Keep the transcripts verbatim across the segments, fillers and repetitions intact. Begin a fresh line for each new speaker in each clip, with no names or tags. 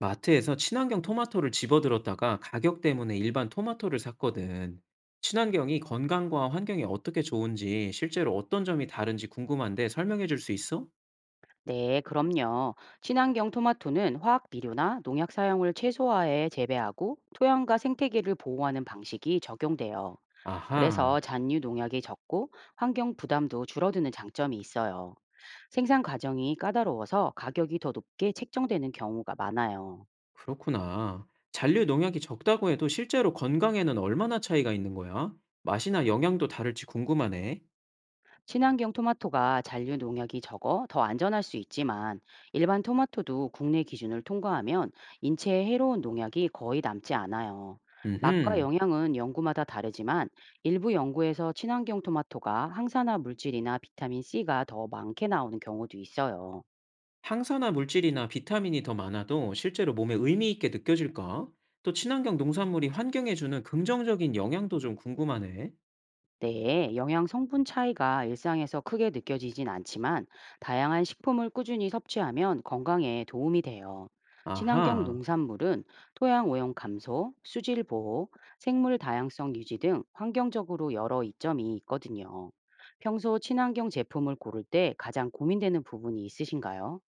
마트에서 친환경 토마토를 집어들었다가 가격 때문에 일반 토마토를 샀거든. 친환경이 건강과 환경에 어떻게 좋은지 실제로 어떤 점이 다른지 궁금한데 설명해 줄 수 있어?
네, 그럼요. 친환경 토마토는 화학 비료나 농약 사용을 최소화해 재배하고 토양과 생태계를 보호하는 방식이 적용돼요.
아하,
그래서 잔류 농약이 적고 환경 부담도 줄어드는 장점이 있어요. 생산 과정이 까다로워서 가격이 더 높게 책정되는 경우가 많아요.
그렇구나. 잔류 농약이 적다고 해도 실제로 건강에는 얼마나 차이가 있는 거야? 맛이나 영양도 다를지 궁금하네.
친환경 토마토가 잔류 농약이 적어 더 안전할 수 있지만 일반 토마토도 국내 기준을 통과하면 인체에 해로운 농약이 거의 남지 않아요. 맛과
음흠.
영양은 연구마다 다르지만 일부 연구에서 친환경 토마토가 항산화 물질이나 비타민 C가 더 많게 나오는 경우도 있어요.
항산화 물질이나 비타민이 더 많아도 실제로 몸에 의미 있게 느껴질까? 또 친환경 농산물이 환경에 주는 긍정적인 영향도 좀 궁금하네.
네, 영양 성분 차이가 일상에서 크게 느껴지진 않지만 다양한 식품을 꾸준히 섭취하면 건강에 도움이 돼요. 친환경
아하.
농산물은 토양 오염 감소, 수질 보호, 생물 다양성 유지 등 환경적으로 여러 이점이 있거든요. 평소 친환경 제품을 고를 때 가장 고민되는 부분이 있으신가요?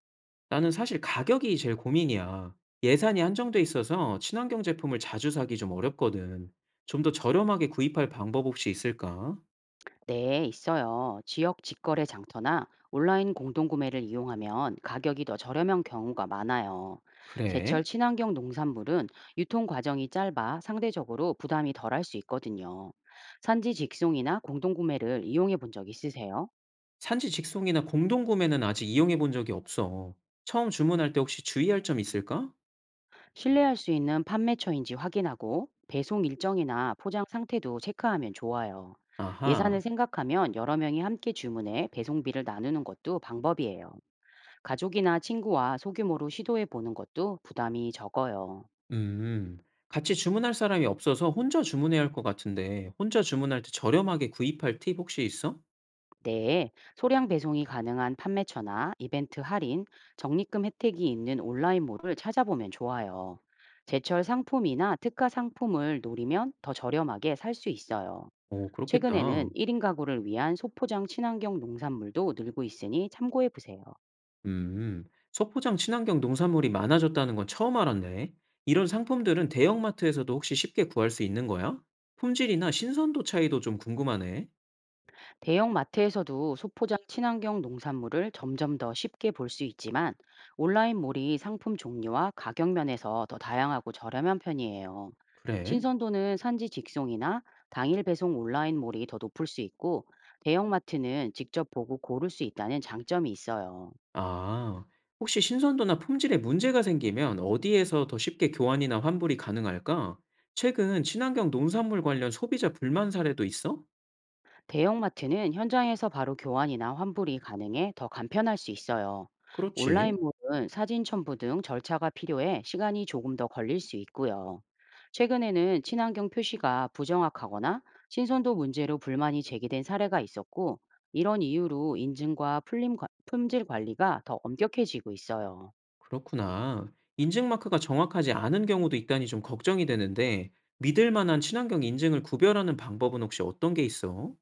나는 사실 가격이 제일 고민이야. 예산이 한정돼 있어서 친환경 제품을 자주 사기 좀 어렵거든. 좀 더 저렴하게 구입할 방법 혹시 있을까?
네, 있어요. 지역 직거래 장터나 온라인 공동구매를 이용하면 가격이 더 저렴한 경우가 많아요. 제철
그래?
친환경 농산물은 유통 과정이 짧아 상대적으로 부담이 덜할 수 있거든요. 산지 직송이나 공동구매를 이용해 본 적 있으세요?
산지 직송이나 공동구매는 아직 이용해 본 적이 없어. 처음 주문할 때 혹시 주의할 점 있을까?
신뢰할 수 있는 판매처인지 확인하고 배송 일정이나 포장 상태도 체크하면 좋아요.
아하.
예산을 생각하면 여러 명이 함께 주문해 배송비를 나누는 것도 방법이에요. 가족이나 친구와 소규모로 시도해 보는 것도 부담이 적어요.
음. 같이 주문할 사람이 없어서 혼자 주문해야 할 것 같은데, 혼자 주문할 때 저렴하게 구입할 팁 혹시 있어?
내에 소량 배송이 가능한 판매처나 이벤트 할인, 적립금 혜택이 있는 온라인몰을 찾아보면 좋아요. 제철 상품이나 특가 상품을 노리면 더 저렴하게 살 수 있어요.
오,
최근에는
그렇겠다.
일 인 가구를 위한 소포장 친환경 농산물도 늘고 있으니 참고해 보세요.
음, 소포장 친환경 농산물이 많아졌다는 건 처음 알았네. 이런 상품들은 대형마트에서도 혹시 쉽게 구할 수 있는 거야? 품질이나 신선도 차이도 좀 궁금하네.
대형 마트에서도 소포장 친환경 농산물을 점점 더 쉽게 볼 수 있지만 온라인몰이 상품 종류와 가격 면에서 더 다양하고 저렴한 편이에요.
그래?
신선도는 산지 직송이나 당일 배송 온라인몰이 더 높을 수 있고 대형마트는 직접 보고 고를 수 있다는 장점이 있어요.
아, 혹시 신선도나 품질에 문제가 생기면 어디에서 더 쉽게 교환이나 환불이 가능할까? 최근 친환경 농산물 관련 소비자 불만 사례도 있어?
대형마트는 현장에서 바로 교환이나 환불이 가능해 더 간편할 수 있어요.
그렇지.
온라인몰은 사진 첨부 등 절차가 필요해 시간이 조금 더 걸릴 수 있고요. 최근에는 친환경 표시가 부정확하거나 신선도 문제로 불만이 제기된 사례가 있었고, 이런 이유로 인증과 풀림 관- 품질 관리가 더 엄격해지고 있어요.
그렇구나. 인증 마크가 정확하지 않은 경우도 있다니 좀 걱정이 되는데, 믿을 만한 친환경 인증을 구별하는 방법은 혹시 어떤 게 있어?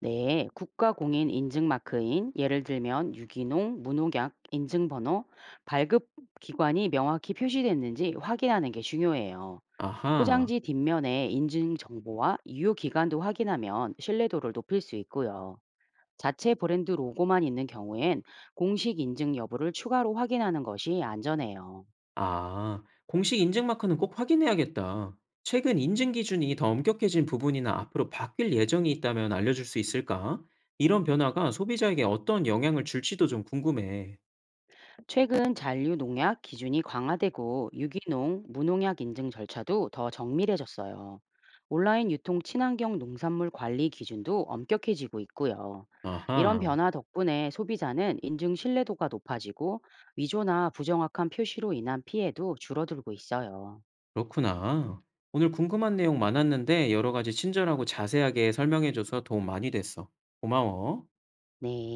네, 국가공인 인증 마크인 예를 들면 유기농, 무농약 인증 번호, 발급 기관이 명확히 표시됐는지 확인하는 게 중요해요.
아하,
포장지 뒷면에 인증 정보와 유효 기간도 확인하면 신뢰도를 높일 수 있고요. 자체 브랜드 로고만 있는 경우엔 공식 인증 여부를 추가로 확인하는 것이 안전해요.
아, 공식 인증 마크는 꼭 확인해야겠다. 최근 인증 기준이 더 엄격해진 부분이나 앞으로 바뀔 예정이 있다면 알려줄 수 있을까? 이런 변화가 소비자에게 어떤 영향을 줄지도 좀 궁금해.
최근 잔류 농약 기준이 강화되고 유기농, 무농약 인증 절차도 더 정밀해졌어요. 온라인 유통 친환경 농산물 관리 기준도 엄격해지고 있고요. 이런
아하,
변화 덕분에 소비자는 인증 신뢰도가 높아지고 위조나 부정확한 표시로 인한 피해도 줄어들고 있어요.
그렇구나. 오늘 궁금한 내용 많았는데 여러 가지 친절하고 자세하게 설명해줘서 도움 많이 됐어. 고마워.
네.